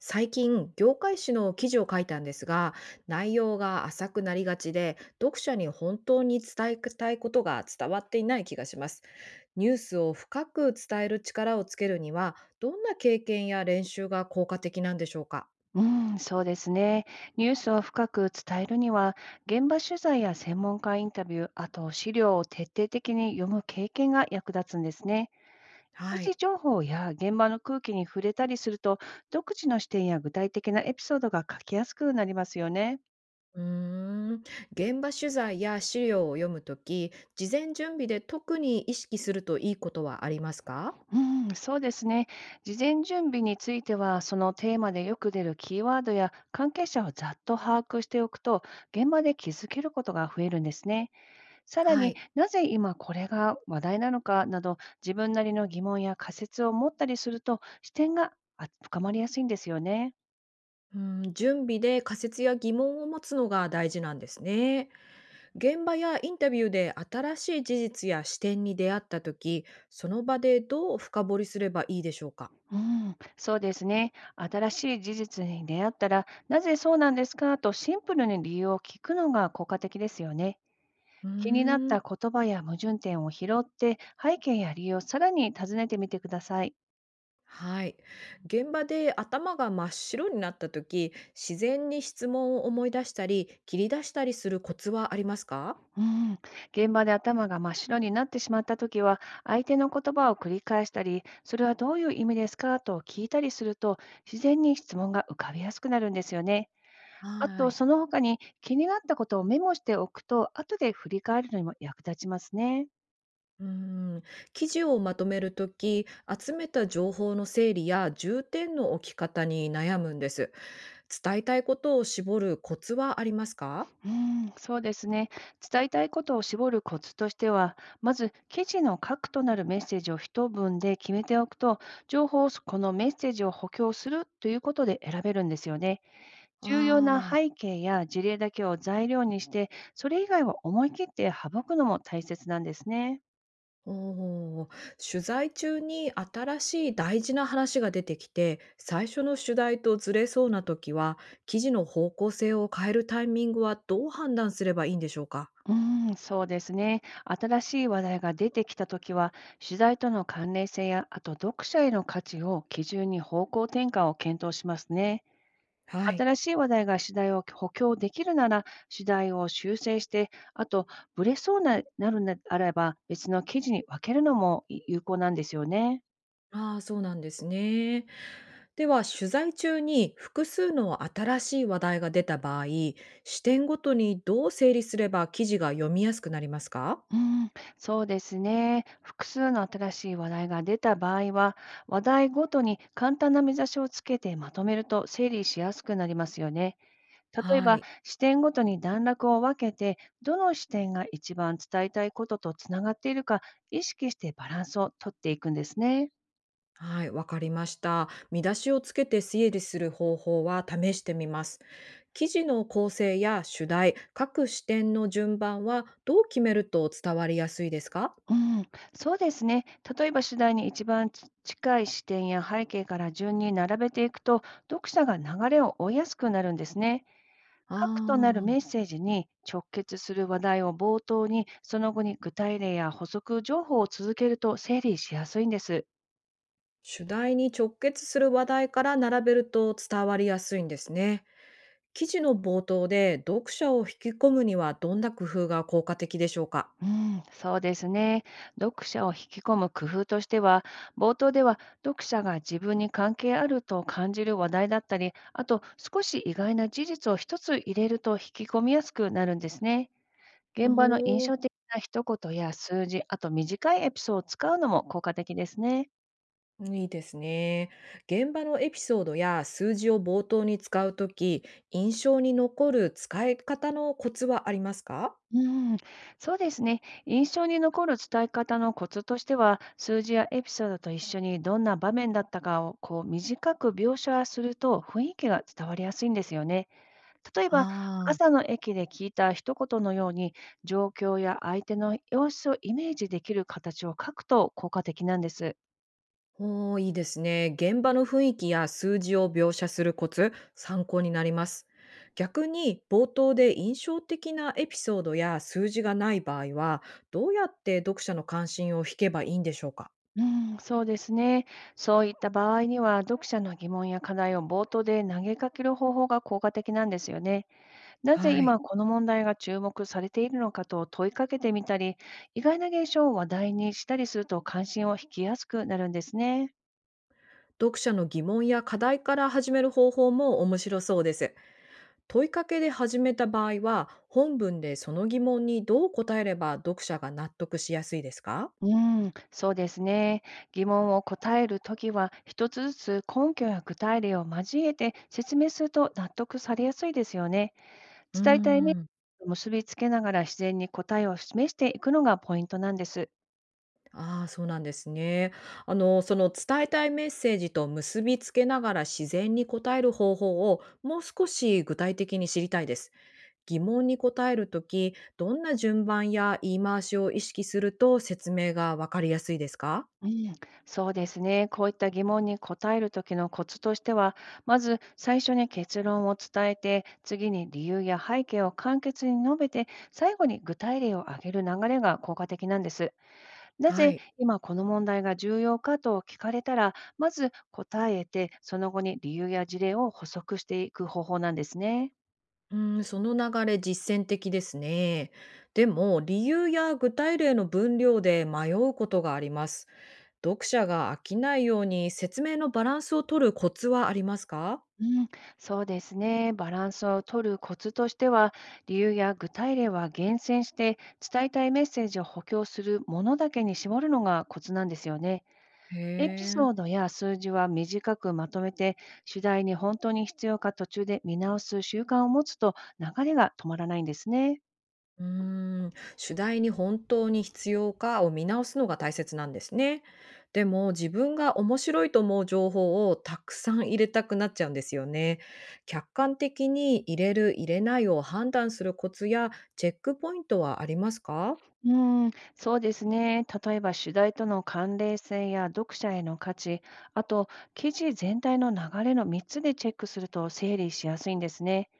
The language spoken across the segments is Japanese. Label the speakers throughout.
Speaker 1: 最近、業界誌の記事を書いたんですが、内容が浅くなりがちで、読者に本当に伝えたいことが伝わっていない気がします。ニュースを深く伝える力をつけるには、どんな経験や練習が効果的なんでしょうか？
Speaker 2: うん、そうですね。ニュースを深く伝えるには、現場取材や専門家インタビュー、あと資料を徹底的に読む経験が役立つんですね。一
Speaker 1: は
Speaker 2: 時
Speaker 1: い。
Speaker 2: 情報や現場の空気に触れたりすると、独自の視点や具体的なエピソードが書きやすくなりますよね。
Speaker 1: うーん現場取材や資料を読むとき、事前準備で特に意識するといいことはありますか？
Speaker 2: うん、そうですね。事前準備については、そのテーマでよく出るキーワードや関係者をざっと把握しておくと、現場で気づけることが増えるんですね。さら
Speaker 1: は
Speaker 2: に
Speaker 1: い。
Speaker 2: なぜ今これが話題なのかなど自分なりの疑問や仮説を持ったりすると視点が深まりやすいんですよね。
Speaker 1: うん、準備で仮説や疑問を持つのが大事なんですね。現場やインタビューで新しい事実や視点に出会った時、その場でどう深掘りすればいいでしょうか？
Speaker 2: うん、そうですね。新しい事実に出会ったら、なぜそうなんですかとシンプルに理由を聞くのが効果的ですよね。
Speaker 1: うー
Speaker 2: 気になっ
Speaker 1: ん
Speaker 2: た言葉や矛盾点を拾って、背景や理由をさらに尋ねてみてください。
Speaker 1: はい。現場で頭が真っ白になった時、自然に質問を思い出したり切り出したりするコツはありますか？
Speaker 2: うん、現場で頭が真っ白になってしまったときは、相手の言葉を繰り返したり、それはどういう意味ですかと聞いたりすると、自然に質問が浮かびやすくなるんですよね。あ
Speaker 1: は
Speaker 2: と、
Speaker 1: い。
Speaker 2: その他に気になったことをメモしておくと、後で振り返るのにも役立ちますね。
Speaker 1: うーん記事をまとめるとき、集めた情報の整理や重点の置き方に悩むんです。伝えたいことを絞るコツはありますか？
Speaker 2: うん、そうですね。伝えたいことを絞るコツとしては、まず記事の核となるメッセージを一文で決めておくと、情報をそこのメッセージを補強するということで選べるんですよね。重要な
Speaker 1: ああ。
Speaker 2: 背景や事例だけを材料にして、それ以外は思い切って省くのも大切なんですね。
Speaker 1: おお、取材中に新しい大事な話が出てきて、最初の主題とずれそうな時は、記事の方向性を変えるタイミングはどう判断すればいいんでしょうか？
Speaker 2: うーん、そうですね。新しい話題が出てきたときは、取材との関連性や、あと読者への価値を基準に方向転換を検討しますね。
Speaker 1: はい。
Speaker 2: 新しい話題が取材を補強できるなら、取材を修正して、あと、ブレそうななるならば、別の記事に分けるのも有効なんですよね。
Speaker 1: ああ、そうなんですね。では、取材中に複数の新しい話題が出た場合、視点ごとにどう整理すれば記事が読みやすくなりますか？
Speaker 2: うん、そうですね。複数の新しい話題が出た場合は、話題ごとに簡単な目指しをつけてまとめると整理しやすくなりますよね。例え
Speaker 1: は
Speaker 2: ば、
Speaker 1: い。
Speaker 2: 視点ごとに段落を分けて、どの視点が一番伝えたいこととつながっているか意識してバランスをとっていくんですね。
Speaker 1: はい、わかりました。見出しをつけて整理する方法は試してみます。記事の構成や主題、各視点の順番はどう決めると伝わりやすいですか？
Speaker 2: うん、そうですね。例えば主題に一番近い視点や背景から順に並べていくと、読者が流れを追いやすくなるんですね。核となるメ
Speaker 1: あ
Speaker 2: ッ
Speaker 1: あ、
Speaker 2: セージに直結する話題を冒頭に、その後に具体例や補足情報を続けると整理しやすいんです。
Speaker 1: 主題に直結する話題から並べると伝わりやすいんですね。記事の冒頭で読者を引き込むにはどんな工夫が効果的でしょうか？
Speaker 2: うん、そうですね。読者を引き込む工夫としては、冒頭では読者が自分に関係あると感じる話題だったり、あと少し意外な事実を一つ入れると引き込みやすくなるんですね。
Speaker 1: お
Speaker 2: 現場の印
Speaker 1: お、
Speaker 2: 象的な一言や数字、あと短いエピソードを使うのも効果的ですね。
Speaker 1: いいですね。現場のエピソードや数字を冒頭に使うとき、印象に残る使い方のコツはありますか？
Speaker 2: うん、そうですね。印象に残る伝え方のコツとしては、数字やエピソードと一緒にどんな場面だったかをこう短く描写すると雰囲気が伝わりやすいんですよね。例えば、
Speaker 1: ああー。
Speaker 2: 朝の駅で聞いた一言のように、状況や相手の様子をイメージできる形を書くと効果的なんです。
Speaker 1: おー、いいですね。現場の雰囲気や数字を描写するコツ、参考になります。逆に冒頭で印象的なエピソードや数字がない場合は、どうやって読者の関心を引けばいいんでしょうか？
Speaker 2: うん、そうですね。そういった場合には、読者の疑問や課題を冒頭で投げかける方法が効果的なんですよね。なぜ
Speaker 1: はい。
Speaker 2: 今この問題が注目されているのかと問いかけてみたり、意外な現象を話題にしたりすると関心を引きやすくなるんですね。
Speaker 1: 読者の疑問や課題から始める方法も面白そうです。問いかけで始めた場合は、本文でその疑問にどう答えれば読者が納得しやすいですか？
Speaker 2: うん、そうですね。疑問を答えるときは、一つずつ根拠や具体例を交えて説明すると納得されやすいですよね。
Speaker 1: うー
Speaker 2: 伝えたいイメッセ
Speaker 1: ん。
Speaker 2: ージと結びつけながら自然に答えを示していくのがポイントなんです。
Speaker 1: ああ、そうなんですね。あの、その伝えたいメッセージと結びつけながら自然に答える方法をもう少し具体的に知りたいです。疑問に答えるとき、どんな順番や言い回しを意識すると説明がわかりやすいですか？
Speaker 2: うん、そうですね。こういった疑問に答える時のコツとしては、まず最初に結論を伝えて、次に理由や背景を簡潔に述べて、最後に具体例を挙げる流れが効果的なんです。な
Speaker 1: は
Speaker 2: ぜ
Speaker 1: い。
Speaker 2: 今この問題が重要かと聞かれたら、まず答えて、その後に理由や事例を補足していく方法なんですね。
Speaker 1: うん、その流れ実践的ですね。でも、理由や具体例の分量で迷うことがあります。読者が飽きないように説明のバランスを取るコツはありますか？
Speaker 2: うん、そうですね。バランスを取るコツとしては、理由や具体例は厳選して、伝えたいメッセージを補強するものだけに絞るのがコツなんですよね。
Speaker 1: へ
Speaker 2: エピ
Speaker 1: え。
Speaker 2: ソードや数字は短くまとめて、主題に本当に必要か途中で見直す習慣を持つと流れが止まらないんですね。
Speaker 1: うーん、主題に本当に必要かを見直すのが大切なんですね。でも自分が面白いと思う情報をたくさん入れたくなっちゃうんですよね。客観的に入れる入れないを判断するコツやチェックポイントはありますか？
Speaker 2: うん、そうですね。例えば主題との関連性や読者への価値、あと記事全体の流れの3つでチェックすると整理しやすいんですね。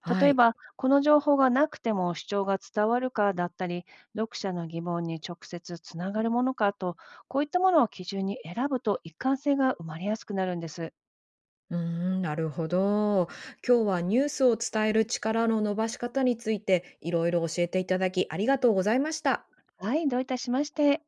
Speaker 1: は
Speaker 2: 例え
Speaker 1: い。
Speaker 2: ば、この情報がなくても主張が伝わるかだったり、読者の疑問に直接つながるものかと、こういったものを基準に選ぶと一貫性が生まれやすくなるんです。
Speaker 1: うーん、なるほど。今日はニュースを伝える力の伸ばし方についていろいろ教えていただきありがとうございました。
Speaker 2: はい、どういたしまして。